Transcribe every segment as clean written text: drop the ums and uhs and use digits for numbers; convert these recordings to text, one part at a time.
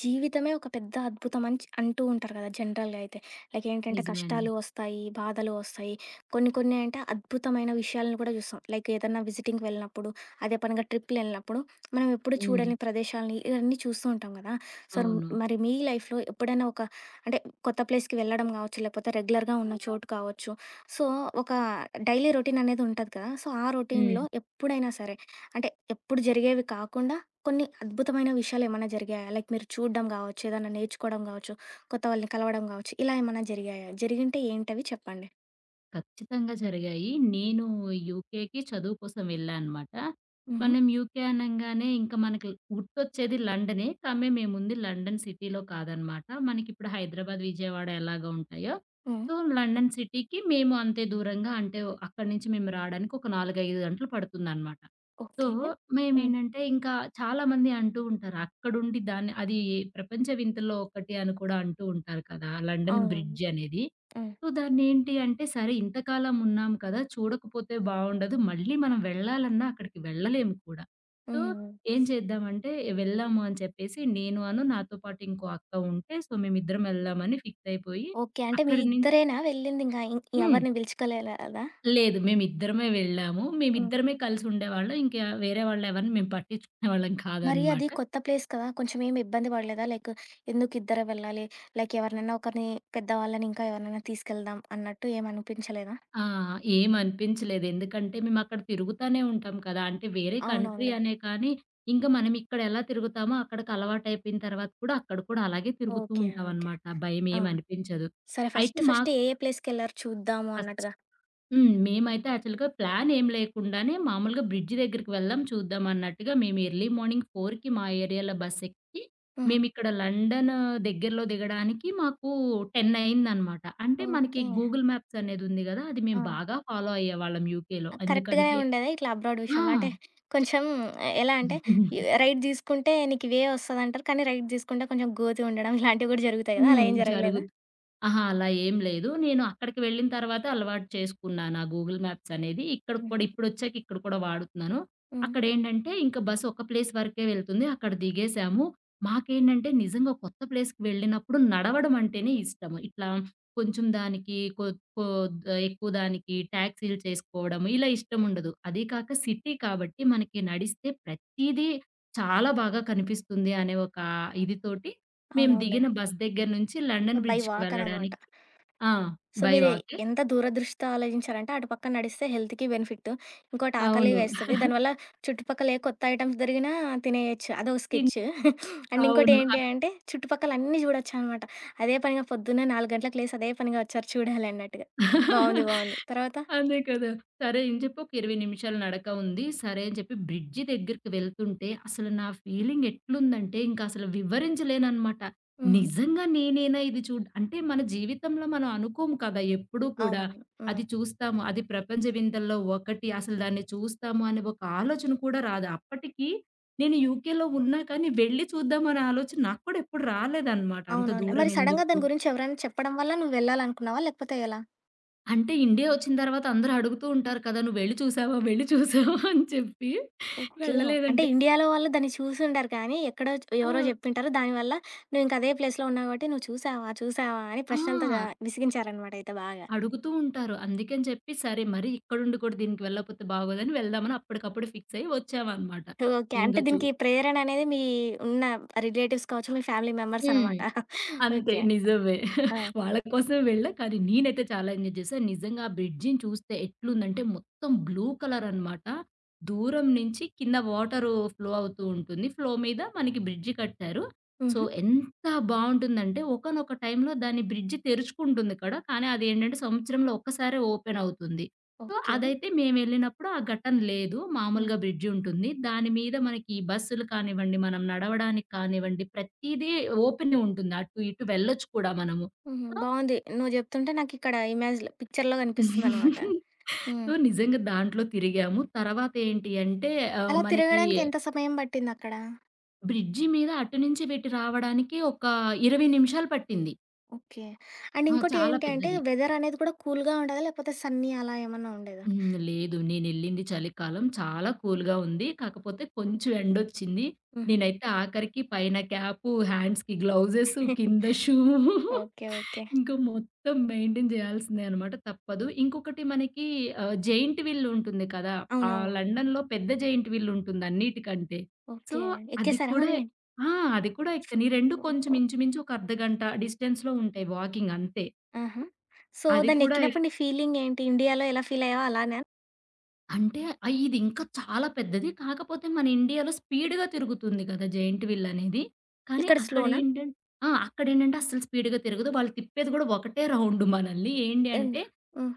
జీవితమే ఒక పెద్ద అద్భుతం అని అంటూ ఉంటారు కదా జనరల్గా అయితే. లైక్ ఏంటంటే నిజమే అండి. కష్టాలు వస్తాయి, బాధలు వస్తాయి. కొన్ని కొన్ని అంటే అద్భుతమైన విషయాలను కూడా చూస్తాం, లైక్ ఏదైనా విజిటింగ్కి వెళ్ళినప్పుడు, అదే పనిగా ట్రిప్లు వెళ్ళినప్పుడు మనం ఎప్పుడు హ్మ్. చూడని ప్రదేశాలని ఇవన్నీ చూస్తూ ఉంటాం కదా. సో అవును. అవును. మరి మీ లైఫ్లో ఎప్పుడైనా ఒక, అంటే, కొత్త ప్లేస్కి వెళ్ళడం కావచ్చు, లేకపోతే రెగ్యులర్గా ఉన్న చోటు కావచ్చు. సో ఒక డైలీ రొటీన్ అనేది ఉంటుంది కదా, సో ఆ రొటీన్లో హ్మ్. ఎప్పుడైనా సరే, అంటే ఎప్పుడు జరిగేవి కాకుండా కొన్ని అద్భుతమైన విషయాలేమన్నా జరిగాయా? లైక్ మీరు చూడ్డం గావచ్చు, ఏదన్నా నేర్చుకోవడం గావచ్చు, కొత్త వాళ్ళని కలవడం గావచ్చు, ఇలా ఏమన్నా జరిగాయా? జరిగింటే ఏంటవి చెప్పండి? ఖచ్చితంగా జరిగాయి. నేను యూకేకి చదువు కోసం వెళ్ళా అనమాట. హుహు. మనం యూకే అనంగానే ఇంకా మనకి గుర్తొచ్చేది లండనే. కానీ మేముంది లండన్ సిటీలో కాదనమాట. మనకిప్పుడు హైదరాబాద్, విజయవాడ ఎలాగా ఉంటాయో, హ్మ్. సో లండన్ సిటీకి మేము అంతే దూరంగా అంటే అక్కడి నుంచి మేము రాడానికి ఒక 4, 5 గంటలు పడుతుందనమాట. So okay. హ్మ్. మేమేంటంటే ఇంకా చాలామంది అంటూ ఉంటారు. అక్కడుండి దాన్ని అది ప్రపంచ వింతల్లో ఒకటి అని కూడా అంటూ ఉంటారు కదా! లండన్ అవునవును. బ్రిడ్జ్ అనేది. హ్మ్. సో, దాన్నేంటి అంటే సరే ఇంతకాలం ఉన్నాం కదా! చూడకపోతే బావుండదు. మళ్ళీ మనం వెళ్ళాలన్నా అక్కడికి వెళ్ళలేము కూడా. సో, హ్మ్. హ్మ్. ఏం చేద్దామంటే వెళ్ళాము అని చెప్పేసి నేను అను, నాతో పాటు ఇంకో అక్క ఉంటే సో, మేమిద్దరం ఎళ్దామని ఫిక్స్ అయిపోయి ఓకే. అంటే మీ అక్కడి నుం ఇద్దరేనా వెళ్ళిందింకా హ్మ్. ఎవరిని పిలుచుకోలేదా? లేదు. మేమిద్దరమే వెళ్ళాము. హ్మ్. మేమిద్దరమే కలిసి ఉండేవాళ్ళం. ఇంకా వేరే వాళ్ళెవరిని మేము పట్టించుకునేవాళ్ళం మరి కాదనమాట. అది కొత్త ప్లేస్ కదా! కొంచెం ఏమి ఇబ్బంది పడలేదా? లైక్ ఎందుకు ఇద్దరే వెళ్ళాలి? లైక్ ఎవరినైనా ఒకరిని, పెద్దవాళ్ళని ఇంకా ఎవరినైనా తీసుకెళ్దాం అన్నట్టు ఏమనిపించలేదా? ఆ! ఏమనిపించలేదు. ఎందుకంటే మేమక్కడ తిరుగుతానే ఉంటాం కదా! అంటే వేరే కంట్రీ అవునవునులే. అనే కానీ, ఇంకా మనం ఇక్కడ ఎలా తిరుగుతామో అక్కడికి అలవాటయిపోయిన తర్వాత కూడా అక్కడ కూడా అలాగే తిరుగుతూ ఓకే. ఓకే. ఉంటామనమాట. ఆ! భయమేమనిపించదు. సరే. అయితే ఫస్ట్ ఫస్ట్ మాకు ఏ ఏ ప్లేస్‌కెళ్లారు చూద్దాము ఫస్ట్ అన్నట్టుగా? హ్మ్. మేమైతే యాక్చువల్‌గా ప్లాన్ ఏం లేకుండానే మామూలుగా బ్రిడ్జ్ దగ్గరికి వెళ్దాం చూద్దాం అన్నట్టుగా మేము ఎర్లీ మార్నింగ్ 4:00కి మా ఏరియాలో బస్ ఎక్కి హ్మ్. మేమిక్కడ లండన్ దగ్గరలో దిగడానికి మాకు 10 అయిందనమాట. అంటే మనకి ఓకే. గూగుల్ మ్యాప్స్ అనేది ఉంది గదా! అది మేము ఆ! బాగా ఫాలో అయ్యేవాళ్ళం యూకేలో. కరెక్ట్ గానే ఎందుకంటే ఉండేదా ఇట్లా అబ్రాడ్ ఆ! విషయంలో? అంటే కొంచెం, ఎలా అంటే యు రైట్ తీసుకుంటే నీకు ఇవే వస్తదంటారు. కానీ రైట్ తీసుకుంటే కొంచెం గోతి ఉండడం ఇలాంటివి కూడా జరుగుతాయి కదా! అలా హ్మ్. ఏం జరుగు జరగలేదా? అహా! అలా ఏం లేదు. నేను అక్కడికి వెళ్ళిన తర్వాత అలవాటు చేసుకున్నాను. ఆ గూగుల్ మ్యాప్స్ అనేది. ఇక్కడికి కూడా హుహు. ఇప్పుడొచ్చాక ఇక్కడ కూడా వాడుతున్నాను. హ్మ్. అక్కడేంటంటే ఇంక బస్ ఒక ప్లేస్ వరకే వెళ్తుంది. అక్కడ దిగేసాము. మాకేంటంటే నిజంగా కొత్త ప్లేస్‌కి వెళ్ళినప్పుడు నడవడం అంటేనే ఇష్టము. ఇట్లా కొంచెం దానికి కొ కొద్ ఎక్కువ దానికి టాక్సీలు చేసుకోవడం ఇలా ఇష్టం ఉండదు. అదీ కాక సిటీ కాబట్టి మనకి నడిస్తే ప్రతీదీ చాలా బాగా కనిపిస్తుంది అనే ఒక ఇది తోటి మేము అవునవునులే. దిగిన బస్ దగ్గర నుంచి లండన్ బై బ్రిడ్జ్‌కి వాక్ అనమాట. వెళ్ళడానికి ఆ! సో, బై మీరు వాకే. ఎంత దూరదృష్టితో ఆలోచించారంటే, అటు పక్క నడిస్తే హెల్త్‌కి బెనిఫిట్. ఇంకోటి ఆకలి అవును. వేస్తది. దానివల్ల చుట్టుపక్కల ఏ కొత్త ఐటెమ్స్ దొరికినా తినేయొచ్చు. అదో ఇన్ స్కెచ్. అండ్ ఇంకోటి అవును. ఏంటి అంటే, చుట్టుపక్కల అన్నీ చూడొచ్చనమాట. అదే పనిగా పొద్దున్నే 4 గంటలకు లేసి అదే పనిగా వచ్చారు చూడాలి అన్నట్టుగా. బావుంది. బావుంది. తర్వాత? అదే కదా! సరే అని చెప్పి ఒక 20 నిమిషాల నడక ఉంది. సరే అని చెప్పి బ్రిడ్జి దగ్గరికి వెళ్తుంటే అసలు నా ఫీలింగ్ ఎట్లుందంటే ఇంకసలు వివరించలేననమాట. హుహు. నిజంగా నేనేనా ఇది అంటే మన జీవితంలో మనం అనుకోము కదా! ఎప్పుడూ కూడా. అవునవును. హ్మ్. అది చూస్తాము. అది ప్రపంచ వింతల్లో ఒకటి. అసలు దాన్ని చూస్తాము అనే ఒక ఆలోచన కూడా రాదు. అప్పటికి నేను యూకేలో ఉన్నా కానీ వెళ్లి చూద్దామనే ఆలోచన నాకు కూడా ఎప్పుడు రాలేదనమాట. అంత అవునవునులే. దూరం మరి సడెన్‌గా ఎందుకు? దాని గురించి ఎవరైనా చెప్పడం వల్ల నువ్వు వెళ్ళాలనుకున్నావా? లేకపోతే ఎలా? అంటే ఇండియా వచ్చిన తర్వాత అందరూ అడుగుతూ ఉంటారు కదా! "నువ్వెళ్లి చూసావా? వెళ్లి చూసావా?" అని చెప్పి ఓకే. అంటే వెళ్ళలేదంటే ఇండియాలో వాళ్ళు దాన్ని చూసుండరు కానీ, ఎక్కడో ఆ! ఎవరో జెప్పింటారు. దానివల్ల నువ్వు ఇంక అదే ప్లేస్‌లో ఉన్నావు కాబట్టి, నువ్వు చూసావా? చూసావా? అని ప్రశ్నలతో గా ఆ! విసిగించారనమాట అయితే బాగా. అడుగుతూ ఉంటారు. అందుకని చెప్పి సరే మరి ఇక్కడుండి కూడా దీనికి వెళ్ళకపోతే బాగోదని వెళ్దామని అప్పటికప్పుడు ఫిక్స్ అయ్యి వచ్చామనమాట. ఓకే. ఇంక అంటే చూ దీనికి ప్రేరణ అనేది మీ ఉన్న రిలేటివ్స్ కావచ్చు, మీ ఫ్యామిలీ మెంబర్స్ హ్మ్. అనమాట. అంతే. ఓకే. నిజమే. ఆ! వాళ్ళ కోసం వెళ్ళా. కానీ నేనైతే చాలా ఎంజాయ్ చేశా. నిజంగా ఆ బ్రిడ్జిని చూస్తే ఎట్లుందంటే మొత్తం బ్లూ కలర్ అనమాట. దూరం నుంచి కింద వాటరు ఫ్లో అవుతూ ఉంటుంది. ఫ్లో మీద మనకి బ్రిడ్జి కట్టారు. సో, హుహు. ఎంత బావుంటుందంటే ఒకానొక టైంలో దాని బ్రిడ్జి తెరుచుకుంటుంది ఇక్కడ. కానీ అదేంటంటే సంవత్సరంలో ఒక్కసారే ఓపెన్ అవుతుంది. So, okay. అదైతే మేమెళ్ళినప్పుడు ఆ ఘటన లేదు. హ్మ్. మామూలుగా బ్రిడ్జ్ ఉంటుంది. దాని మీద మనకి బస్సులు కానివ్వండి, మనం నడవడానికి కానివ్వండి, ప్రతీదీ ఓపెనే ఉంటుంది. అటు ఇటు వెళ్ళొచ్చు కూడా మనము. హుహు. సో, బావుంది. నువ్వు జెప్తుంటే నాకిక్కడ ఇమేజ్‌లో, పిక్చర్‌లో కనిపిస్తుందనమాట. సో, హ్మ్. నిజంగా దాంట్లో తిరిగాము. తర్వాత ఏంటి అంటే ఆహ్, అలా మనకి తిరగడానికి ఎంత సమయం పట్టిందక్కడ? బ్రిడ్జి మీద అటు నుంచి, ఇటు రావడానికి ఒక 20 నిమిషాలు పట్టింది. ఓకే. అండ్ ఆ! ఇంకోటి చాలా ఏంటి అంటే, పెద్దది. వెదర్ అనేది కూడా కూల్‌గా ఉండేదా? లేకపోతే సన్నీ అలా ఏమన్నా ఉండేదా? హ్మ్. లేదు. నేనెళ్ళింది చలికాలం. చాలా కూల్‌గా ఉంది. కాకపోతే కొంచెం ఎండొచ్చింది. హుహు. నేనైతే ఆఖరికి పైన క్యాపు, హ్యాండ్స్‌కి గ్లౌజెస్, కింద షూ ఓకే. ఓకే. ఇంకా మొత్తం మెయింటైన్ చేయాల్సిందే అనమాట. తప్పదు. ఇంకొకటి మనకి ఆహ్, జెయింట్ వీల్ ఉంటుంది కదా! ఆహ్, అవునవునవును. లండన్‌లో పెద్ద జెయింట్ వీల్ ఉంటుంది అన్నిటికంటే. So, okay. అది ఎక్కేసారా కూడా మరి? ఆ! అది కూడా ఎక్కాను. ఈ 2 కొంచెం ఓహో! ఇంచుమించు ఒక అర్ధగంట డిస్టెన్స్‌లో ఉంటాయి వాకింగ్ అంతే. ఆహా! సో, అది కూడా దాన్నెక్కినప్పుడు నీ ఫీలింగేంటి? ఇండియాలో ఎలా ఫీలయ్యావో అలానా? అంటే ఆహ్, ఇది ఇంకా చాలా పెద్దది. కాకపోతే మన ఇండియాలో స్పీడ్‌గా తిరుగుతుంది కదా! జెయింట్ వీల్ అనేది. కానీ ఇక్కడ స్లోనా? అక్కడేంటం ఆ! అక్కడేంటంటే అస్సలు స్పీడ్‌గా తిరగదు. వాళ్ళు తిప్పేది గూడా ఒకటే రౌండ్ మనల్ని. ఏంటి హ్మ్. అంటే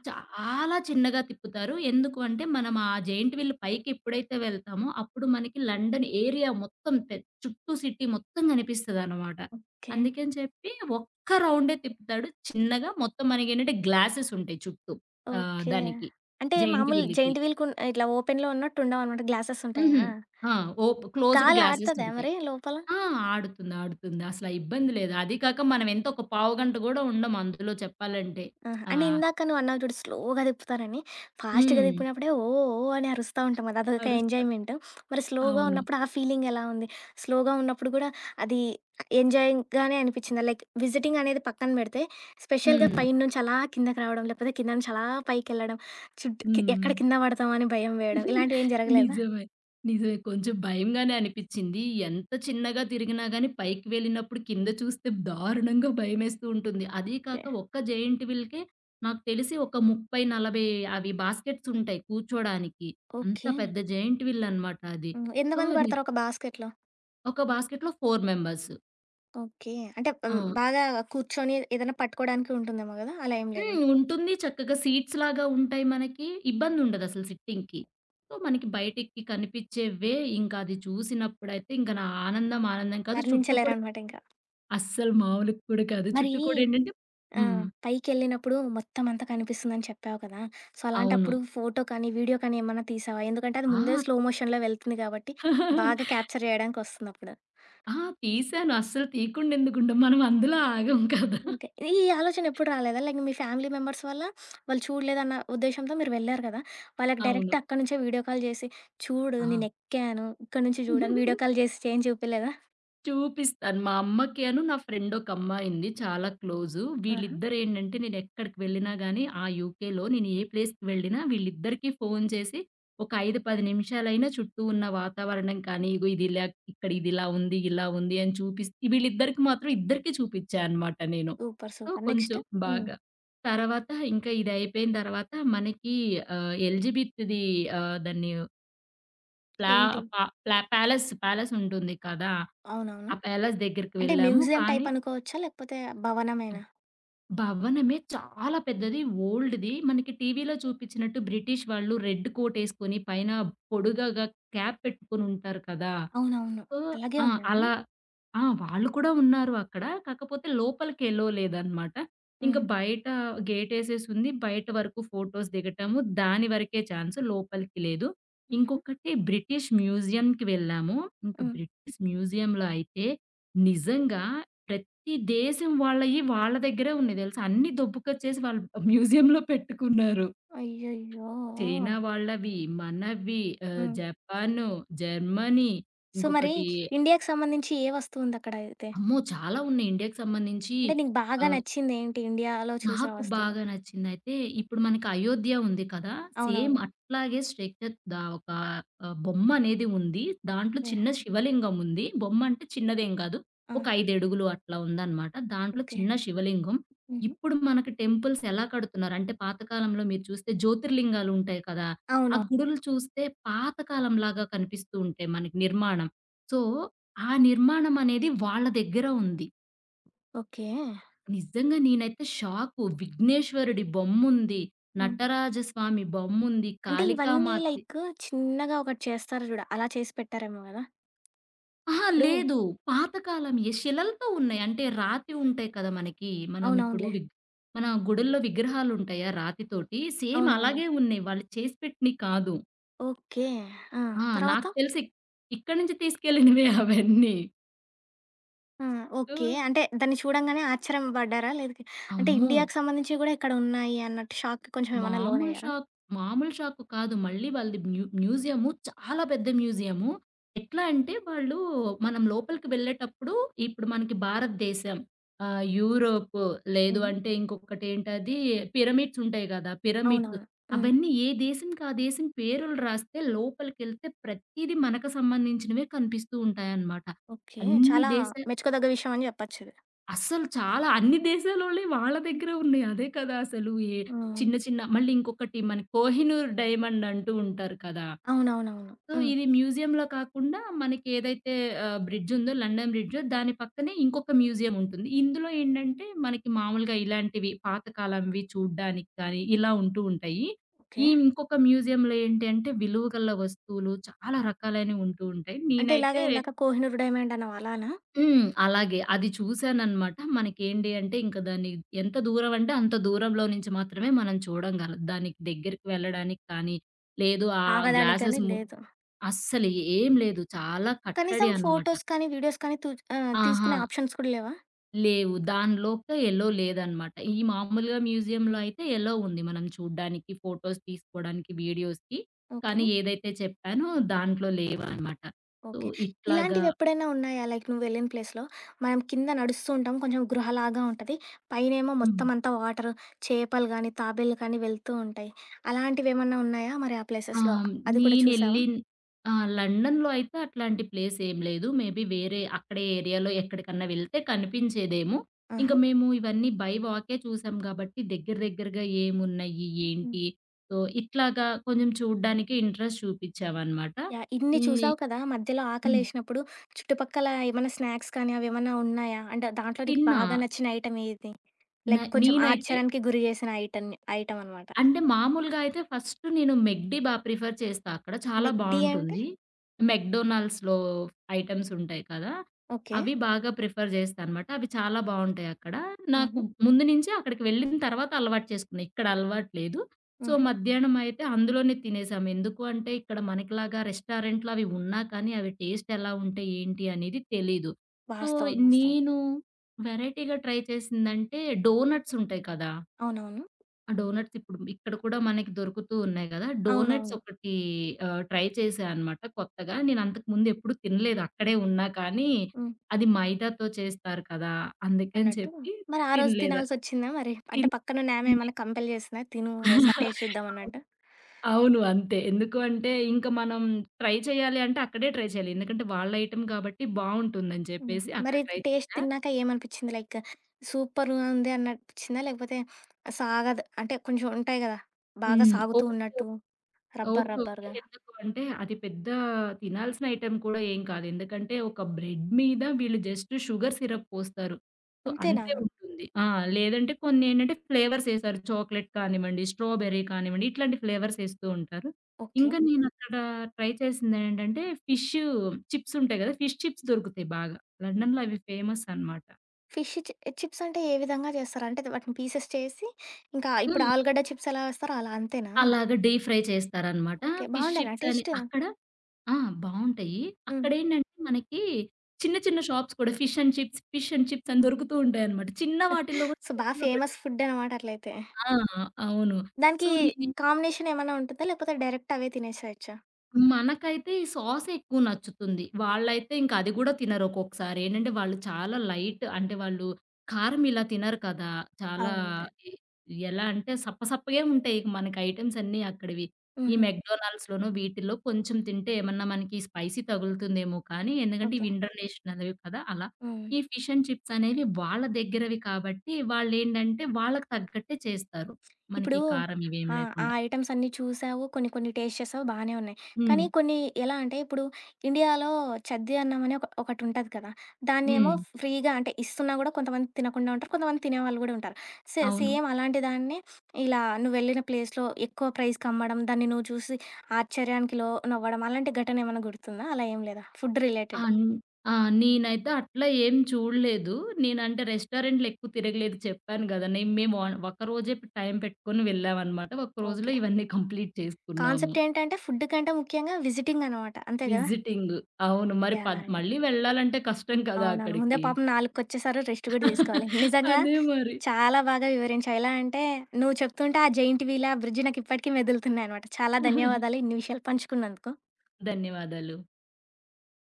చాలా చిన్నగా తిప్పుతారు. ఎందుకు అంటే మనం ఆ జెయింట్ వీల్ పైకి ఎప్పుడైతే వెళ్తామో అప్పుడు మనకి లండన్ ఏరియా మొత్తం చుట్టూ సిటీ మొత్తం కనిపిస్తదనమాట. ఓకే. అందుకని చెప్పి ఒక్క రౌండే తిప్పుతాడు చిన్నగా. మొత్తం మనకేంటంటే గ్లాసెస్ ఉంటాయి చుట్టూ. ఆహ్, ఓకే. దానికి అంటే జెయింట్ మామూలు వీల్‌కి. జెయింట్ వీల్‌కున్ ఇట్లా ఓపెన్‌లో ఉన్నట్టుండవనమాట. గ్లాసెస్ హుహు. ఉంటాయా? ఆ! ఓప్ క్లోజ్డ్ గాలి గ్లాసెస్ ఆడతదా ఉంటాయి. మరి లోపల? ఆ! ఆడుతుంది. ఆడుతుంది. అసల ఇబ్బంది లేదు. అది కాక మనం ఎంత ఒక పావుగంట గూడా ఉండం అందులో చెప్పాలంటే. ఆహా! ఆ! అంటే ఇందాక నువ్వన్నావు చూడు స్లోగా తిప్పుతారని. ఫాస్ట్‌గా హ్మ్. తిప్పినప్పుడే ఓ ఓ అని అరుస్తా ఉంటాం కదా! అదొక అరుస్తా. ఎంజాయ్‌మెంట్. మరి స్లోగా అవును. ఉన్నప్పుడు ఆ ఫీలింగ్ ఎలా ఉంది? స్లోగా ఉన్నప్పుడు కూడా అది ఎంజాయింగ్‌గానే అనిపిచ్చిందా? లైక్ విజిటింగ్ అనేది పక్కన పెడితే. హ్మ్. స్పెషల్‌గా హ్మ్. పైనుంచి అలా కిందకి రావడం, లేకపోతే కింద నుంచి అలా పైకెళ్ళడం, చుట్టూ కి హ్మ్. ఎక్కడ కింద పడతామా అని భయం వేయడం ఇలాంటివేం జరగలేదా? నిజమే. నిజమే. కొంచెం భయంగానే అనిపిచ్చింది. ఎంత చిన్నగా తిరిగినా గాని పైకి వెళ్ళినప్పుడు కింద చూస్తే దారుణంగా భయమేస్తూ ఉంటుంది. అదీ ఓకే. కాక ఒక్క జెయింట్ వీల్‌కే నాకు తెలిసి ఒక 30, 40 అవి బాస్కెట్స్ ఉంటాయి కూర్చోడానికి. అంత ఓకే. పెద్ద జెయింట్ వీల్ అనమాట అది. హ్మ్. సో, ఎంతమంది పడతారు ఒక బాస్కెట్‌లో? ఒక బాస్కెట్‌లో 4 మెంబర్స్. ఓకే. అంటే ఆ! హ్మ్, బాగా కూర్చొని ఏదైనా పట్టుకోవడానికి ఉంటుందేమో గదా! అలా ఏం లేదా? హ్మ్. ఉంటుంది. చక్కగా సీట్స్‌లాగా ఉంటాయి మనకి. ఇబ్బందుండదసలు సిట్టింగ్‌కి. సో, మనకి బయటికి కనిపిచ్చేవే. ఇంకా అది చూసినప్పుడైతే ఇంక నా ఆనందం, ఆనందం కాదు. చుట్టూ కూడా వర్ణించలేరనమాట ఇంక. అస్సలు మామూలుగా కూడా కాదు. మరీ చుట్టూ కూడా ఏంటంటే హ్మ్. పైకెళ్ళినప్పుడు మొత్తం అంతా కనిపిస్తుందని చెప్పావు కదా! సో, అవును. అలాంటప్పుడు ఫోటో కానీ, వీడియో కానీ ఏమన్నా తీసావా? ఎందుకంటే అది ముందే ఆ! స్లో మోషన్‌లో వెళ్తుంది కాబట్టి, బాగా క్యాప్చర్ చేయడానికొస్తుందప్పుడు. ఆ! తీశాను. అస్సలు తీయకుండా ఎందుకుండం. మనం అందులో ఆగం కదా! ఓకే. ఈ ఆలోచన ఎప్పుడు రాలేదా? లైక్ మీ ఫ్యామిలీ మెంబర్స్ వల్ల వాళ్ళు చూడలేదన్న ఉద్దేశ్యంతో మీరు వెళ్లారు కదా! వాళ్ళకి అవును. డైరెక్ట్ అక్కడి నుంచే వీడియో కాల్ చేసి, చూడు ఆ! నేనెక్కాను, ఇక్కడి నుంచి చూడని వీడియో కాల్ చేసి ఏం చూపిలేదా? చూపిస్తాను. మా అమ్మకిను నా ఫ్రెండ్ ఒక అమ్మాయుంది చాలా క్లోజు. ఆహా! వీళ్ళిద్దరేంటంటే నేనెక్కడికి వెళ్ళినా గాని ఆ యూకేలో నేను ఏ ప్లేస్‌కి వెళ్ళినా వీళ్ళిద్దరికీ ఫోను చేసి ఒక 5, 10 నిమిషాలైనా చుట్టూ ఉన్న వాతావరణం కానీ, ఇగో ఇదిలా ఇక్కడ ఇదిలా ఉంది, ఇలా ఉంది అని చూపిస్ వీళ్ళిద్దరికి మాత్రం ఇద్దరికీ చూపిచ్చా అనమాట నేను. సూపర్. So, super. నెక్స్ట్? కొంచెం హ్మ్. బాగా. తర్వాత ఇంకా ఇదయిపోయిన తర్వాత మనకి ఆహ్, ఎల్‌జిబిత్‌ది ఆహ్, దాన్ని ప్లా ఏంటి? పా ప్లా ప్యాలెస్, ప్యాలెసుంటుంది కదా! అవునవును. ఆ ప్యాలెస్ దగ్గరికి అంటే వెళ్ళాము. మ్యూజియం కానీ టైప్ అనుకోవచ్చా? లేకపోతే భవనమేనా? భవనమే చాలా పెద్దది. ఓల్డ్‌ది. మనకి టీవీలో చూపించినట్టు బ్రిటిష్ వాళ్ళు రెడ్ కోటేసుకొని పైన పొడుగగా క్యాప్ పెట్టుకొనుంటారు కదా! అవునవును. సో అలాగే ఆ! ఉందా? అలా ఆ! వాళ్ళు కూడా ఉన్నారు అక్కడ. కాకపోతే లోపలికెలో లేదనమాట. ఇంక హుహు. బయట గేటేసేసుంది. బయట వరకు ఫోటోస్ దిగటము. దాని వరకే ఛాన్స్. లోపలికి లేదు. హుహు. ఇంకొకటి బ్రిటిష్ మ్యూజియంకి వెళ్ళాము. ఇంక హ్మ్. బ్రిటిష్ మ్యూజియంలో అయితే నిజంగా ప్రతి దేశం వాళ్ళయి వాళ్ళ దగ్గరే ఉన్నాయి తెలుసా! అన్నీ దొబ్బుకొచ్చేసి వాళ్ళు మ్యూజియంలో పెట్టుకున్నారు. అయ్యయ్యో! చైనా వాళ్ళవి, మనవి, ఆహ్, హ్మ్. జపాను, జర్మనీ సో, మరి ఇంకొకటి ఇండియాకి సంబంధించి ఏ వస్తువుందక్కడ అయితే? అమ్మో! చాలా ఉన్నాయి ఇండియాకి సంబంధించి. అంటే నీకు బాగా ఆహ్, నచ్చిందేంటి ఇండియాలో చూసిన నాకు వస్తువులు? బాగా నచ్చిందయితే ఇప్పుడు మనకి 'అయోధ్య' ఉంది కదా! సేమ్ అవునవును. అట్లాగే స్ట్రక్చర్ ద ఒక ఆహ్, బొమ్మ అనేది ఉంది. దాంట్లో యాహ్! చిన్న శివలింగం ఉంది. బొమ్మ అంటే చిన్నదేం కాదు. ఆ! ఒక 5 అడుగులు అట్లా ఉందన్నమాట. దాంట్లో ఓకే. చిన్న శివలింగం. హుహు. ఇప్పుడు మనకి టెంపుల్స్ ఎలా కడుతున్నారు అంటే పాతకాలంలో మీరు చూస్తే జ్యోతిర్లింగాలు ఉంటాయి కదా! ఆ అవునవును. గుడులు చూస్తే పాతకాలంలాగా కనిపిస్తూ ఉంటాయి మనకి నిర్మాణం. సో, ఆ నిర్మాణం అనేది వాళ్ళ దగ్గర ఉంది. ఓకే. నిజంగా నేనైతే షాకు. విఘ్నేశ్వరుడి బొమ్ముంది. హ్మ్. నటరాజస్వామి బొమ్ముంది. అంటే ఇవన్నీ కాళికామాత లైక్ చిన్నగా ఒకటి చేస్తారు జూడు, అలా చేసి పెట్టారేమో గదా! అహా! ఇప్పుడు, లేదు. పాతకాలంయే శిలలతో ఉన్నాయి. అంటే రాతి ఉంటాయి కదా! మనకి. మనం ఇప్పుడు అవునవునులే. విగ్ మన గుడుల్లో విగ్రహాలుంటాయా రాతితోటి సేమ్ అవునవునులే. అలాగే ఉన్నాయి. వాళ్ళు చేసి పెట్టినయి కాదు. ఓకే. ఆ! ఆ! తర్వాత? నాకు తెలిసి ఇక్కడి నుంచి తీసుకెళ్ళినవే అవన్నీ. ఆ! So okay. అంటే దాన్ని చూడంగానే ఆశ్చర్యం పడ్డారా? లేదకి అంటే అమ్మో! ఇండియాకి సంబంధించివి గూడా ఇక్కడ ఉన్నాయి అన్నట్టు షాక్‌కి కొంచెం ఏమన్నా మామూలు లోనయ్యారా? షాక్ మామూలు షాక్ కాదు. మళ్ళీ వాళ్ళది మ్యూజియము చాలా పెద్ద మ్యూజియము. ఎట్లా అంటే వాళ్ళు మనం లోపలికి వెళ్ళేటప్పుడు ఇప్పుడు మనకి భారతదేశం, ఆహ్, యూరోప్ లేదు హ్మ్. అంటే ఇంకొకటేంటది పిరమిడ్స్ ఉంటాయి గదా! పిరమిడ్స్ అవునవును. హ్మ్. అవన్నీ ఏ దేశంకి ఆ దేశం పేరులు రాస్తే లోపలికెళ్తే ప్రతీది మనకు సంబంధించినవే కనిపిస్తూ ఉంటాయన్నమాట. ఓకే. అన్ని చాలా దేశ మెచ్చుకోదగ్గ విషయం అని జెప్పొచ్చిది. అస్సలు చాలా అన్ని దేశాలోళ్ళయి వాళ్ళ దగ్గరే ఉన్నాయి. అదే కదా అసలు. ఏ హ్మ్. చిన్న చిన్న మళ్ళీ ఇంకొకటి మనకి 'కోహినూర్ డైమండ్' అంటూ ఉంటారు కదా! అవునవునవును. సో, హ్మ్. ఇది మ్యూజియంలో కాకుండా మనకి ఏదైతే ఆహ్, బ్రిడ్జ్ ఉందో 'లండన్ బ్రిడ్జ్' దాని పక్కనే ఇంకొక మ్యూజియం ఉంటుంది. ఇందులో ఏంటంటే మనకి మామూలుగా ఇలాంటివి పాతకాలంవి చూడ్డానికి కానీ ఇలా ఉంటూ ఉంటాయి. ఈ ఓకే. ఇంకొక మ్యూజియంలో ఏంటి అంటే విలువ గల వస్తువులు చాలా రకాలైనవి ఉంటూ ఉంటాయి. అంటే ఇలాగ నేనైతే ఇందాక 'కోహినూర్ డైమండ్' అన్నావు అలానా? హ్మ్. అలాగే. అది చూసాననమాట. మనకేంటి అంటే ఇంక దాన్ని ఎంత దూరం అంటే అంత దూరంలో నుంచి మాత్రమే మనం చూడంగలం. దానికి దగ్గరికి వెళ్ళడానికి కానీ, లేదు ఆ ఆగడానికి గ్లాసెస్ గాని ము లేదు. అస్సలు ఏం లేదు. చాలా కట్టడి కనీసం అనమాట. ఫోటోస్ కానీ, వీడియోస్ కానీ ఆహా! తీసుకునే ఆప్షన్స్ కూడా లేవా? లేవు. దానిలోపల యెల్లో లేదనమాట. ఈ మామూలుగా మ్యూజియంలో అయితే యెల్లో ఉంది. మనం చూడ్డానికి, ఫోటోస్ తీసుకోవడానికి, వీడియోస్‌కి. ఓకే. కానీ ఏదైతే చెప్పానో దాంట్లో లేవనమాట. So, okay. ఇట్లాగా ఇలాంటివెప్పుడైనా ఉన్నాయా? లైక్ నువ్వెళ్ళిన ప్లేస్‌లో మనం కింద నడుస్తూ ఉంటాం. కొంచెం గృహలాగా ఉంటది. పైనేమో హ్మ్. మొత్తం అంతా వాటర్, చేపలు గానీ, తాబేళ్లు కానీ వెళ్తూ ఉంటాయి. అలాంటివేమన్నా ఉన్నాయా మరి ఆ ఆ! ప్లేసెస్‌లో? అది కూడా చూసావా? నేనెళ్ళిన్ ఆ! లండన్‌లో అయితే అట్లాంటి ప్లేస్ ఏం లేదు. మేబీ వేరే అక్కడే ఏరియాలో ఎక్కడికన్నా వెళ్తే కనిపించేదేమో. ఇంక ఆహా! మేము ఇవన్నీ బై వాకే చూసాం గాబట్టి దగ్గర దగ్గరగా ఏమున్నయి, హ్మ్. ఏంటి సో, ఇట్లాగా కొంచెం చూడ్డానికి ఇంట్రెస్ట్ చూపిచ్చామనమాట. యాహ్! ఇన్ని హ్మ్. చూసావు కదా! మధ్యలో హ్మ్. ఆకలేసినప్పుడు చుట్టుపక్కల ఏమన్నా స్నాక్స్ కానీ అవేమన్నా ఉన్నాయా? అంటే దాంట్లో నీకు తిన్నా. బాగా నచ్చిన ఐటెమ్ ఏది? న లైక్ కొంచెం నేనైతే ఆశ్చర్యానికి గురి చేసిన ఐటెమ్ ఐటెమ్ అనమాట. అంటే మామూలుగా అయితే ఫస్ట్ నేను మెక్‌డీ బా ప్రిఫర్ చేస్తా. అక్కడ హ్మ్. చాలా మెగ్డీ అంటే బావుంటుంది. మెక్‌డొనాల్డ్స్‌లో ఐటెమ్స్ ఉంటాయి కదా! ఓకే. అవి బాగా ప్రిఫర్ చేస్తానమాట. అవి చాలా బావుంటాయి అక్కడ. నాకు హుహు. ముందు నుంచే అక్కడికి వెళ్ళిన తర్వాత అలవాటు చేసుకున్నా. ఇక్కడ అలవాటు లేదు. సో, హుహు. మధ్యాహ్నం అయితే అందులోనే తినేసాం. ఎందుకు అంటే ఇక్కడ మనకిలాగా రెస్టారెంట్‌లో అవి ఉన్నా కానీ అవి టేస్ట్ ఎలా ఉంటాయి, ఏంటి అనేది తెలీదు. సో, వాస్తవం. వాస్తవం. నేను వెరైటీగా ట్రై చేసిందంటే డోనట్స్ ఉంటాయి కదా! అవునవును. ఆ! డోనట్స్ ఇప్పుడు ఇక్కడ కూడా మనకి దొరుకుతూ ఉన్నాయి గదా! డోనట్స్ అవునవును. ఒకటి ఆహ్, ట్రై చేశా అనమాట కొత్తగా. నేను అంతకుముందు ఎప్పుడు తినలేదు. అక్కడే ఉన్నా కానీ, హ్మ్. అది మైదాతో చేస్తారు కదా! అందుకని అన్నట్టు చెప్పి మరి ఆ రోజు తినలేదు. తినాల్సొచ్చిందా మరి? అంటే తిన్ పక్కనున్నామె తింది. ఏమన్నా కంపెల్ చేసిందా? తిను ఓసారి టేస్ట్ చూద్దాం అవును. అన్నట్టు. అవును. అంతే. ఎందుకు అంటే ఇంక మనం ట్రై చేయాలి అంటే అక్కడే ట్రై చేయాలి. ఎందుకంటే వాళ్ళ ఐటెమ్ కాబట్టి బావుంటుందని హుహు. చెప్పేసి అక్కడ మరి ట్రై టేస్ట్ చేశా. తిన్నాక ఏమనిపిచ్చింది? లైక్ సూపర్‌గా ఉంది అనిపిచ్చిందా? లేకపోతే సాగదు అంటే కొంచెం ఉంటాయి గదా! బాగా హ్మ్. సాగుతూ ఓట్స్ ఉన్నట్టు రబ్బర్ ఓకే. ఓకే. రబ్బర్‌గా ఎందుకు అంటే అది పెద్ద తినాల్సిన ఐటెమ్ కూడా ఏం కాదు. ఎందుకంటే ఒక బ్రెడ్ మీద వీళ్ళు జస్ట్ షుగర్ సిరప్ పోస్తారు. సో, అంతేనా? అంతే ఉంటుంది. ఆ! లేదంటే కొన్నేంటంటే ఫ్లేవర్స్ ఏసారు. చాక్లెట్ కానివ్వండి, స్ట్రాబెర్రీ కానివ్వండి ఇట్లాంటి ఫ్లేవర్స్ ఏస్తూ ఉంటారు. ఓకే. ఇంకా నేనక్కడ ట్రై చేసిందేంటంటే ఫిష్ చిప్స్ ఉంటాయి గదా! ఫిష్ చిప్స్ దొరుకుతాయి బాగా. లండన్‌లో అవి ఫేమస్ అనమాట. ఫిష్ చి చిప్స్ అంటే ఏ విధంగా చేస్తారు? అంటే వాటిని పీసెస్ చేసి, ఇంకా ఇప్పుడు హ్మ్. ఆలుగడ్డ చిప్స్ ఎలా వేస్తారో అలా అంతేనా? అలాగా డీప్ ఫ్రై చేస్తారనమాట. ఓకే. ఫిష్ బావుండేనా చిప్స్ అని టేస్ట్? అక్కడ ఆ! బావుంటాయి. హ్మ్. అక్కడేంటంటే మనకి చిన్న చిన్న షాప్స్ కూడా fish and chips, fish and chips అని దొరుకుతూ ఉంటాయన్నమాట. చిన్న వాటిల్లో కూడా సో, బా స్పెషల్‌గా పెడు ఫేమస్ ఫుడ్ అనమాట అట్లయితే. ఆ! అవును. సో, దానికి నేనేం కాంబినేషన్ ఏమన్నా ఉంటుందా? లేకపోతే డైరెక్ట్ అవే తినేసేయొచ్చా? మనకైతే ఈ సాసే ఎక్కువ నచ్చుతుంది. వాళ్ళైతే ఇంక అది గూడా తినరు ఒక్కొక్కసారి. ఏంటంటే వాళ్ళు చాలా లైట్ అంటే వాళ్ళు కారం ఇలా తినరు కదా! చాలా అవునండి. ఎ ఎలా అంటే సప్పసప్పగే ఉంటాయి ఇక మనకి ఐటెమ్స్ అన్నీ అక్కడివి. ఈ హుహు. మెక్‌డొనాల్డ్స్‌లోనో వీటిల్లో కొంచెం తింటే ఏమన్నా మనకి స్పైసీ తగులుతుందేమో కానీ ఎందుకంటే ఓకే. ఇవి ఇంటర్నేషనల్‌వి కదా! అలా. హ్మ్. ఈ ఫిష్ అండ్ చిప్స్ అనేవి వాళ్ళ దగ్గరవి కాబట్టి వాళ్ళేంటంటే వాళ్ళకి తగ్గట్టే చేస్తారు. ఇప్పుడు, మనకి కారం ఇవేమి ఆ! ఆ లేకుండా. ఐటెమ్స్ అన్నీ చూసావు. కొన్ని కొన్ని టేస్ట్ చేసావు బానే ఉన్నాయి. హ్మ్. కానీ కొన్ని, ఎలా అంటే ఇప్పుడు ఇండియాలో చద్ది అన్నం అని ఒకటుంటది కదా! దాన్నేమో హ్మ్. ఫ్రీగా అంటే ఇస్తున్నా గూడా కొంతమంది తినకుండా ఉంటారు. కొంతమంది తినేవాళ్ళు గూడా ఉంటారు. అవును. సేమ్ అలాంటి దాన్ని ఇలా నువ్వెళ్ళిన ప్లేస్‌లో ఎక్కువ ప్రైస్‌కి అమ్మడం, దాన్ని నువ్వు చూసి ఆశ్చర్యానికి లోనవ్వడం అలాంటి ఘటన ఏమన్నా గుర్తుందా? అలా ఏం లేదా? Food related. అన్ ఆ! నేనైతే అట్లా ఏం చూడలేదు. నేనంటే రెస్టారెంట్‌లెక్కువ తిరగలేదు చెప్పాను గదా! నేను మేము ఆన్ ఒక్కరోజే టైం పెట్టుకొని వెళ్ళామనమాట. ఒక్క రోజులో ఓకే. ఇవన్నీ కంప్లీట్ చేసుకున్నాము. కాన్సెప్ట్ ఏంటంటే ఫుడ్ కంటే ముఖ్యంగా విజిటింగ్ అనమాట. అంతే గదా! విజిటింగ్. అవును. మరి పద్ యాహ్! యాహ్! మళ్ళీ వెళ్ళాలంటే కష్టం కదా! అవునవును. ముందే అక్కడికి. పాపం 4 రెస్ట్ గూడా తీసుకోవాలి. నిజంగా అదే మరి. చాలా బాగా వివరించావు. ఎలా అంటే నువ్వు చెప్తుంటే ఆ జెయింట్ వీల్, ఆ బ్రిడ్జ్ నాకు ఇప్పటికి మెదులుతున్నాయనమాట. చాలా ధన్యవాదాలు ఇన్ని విషయాలు పంచుకున్నందుకు. ధన్యవాదాలు.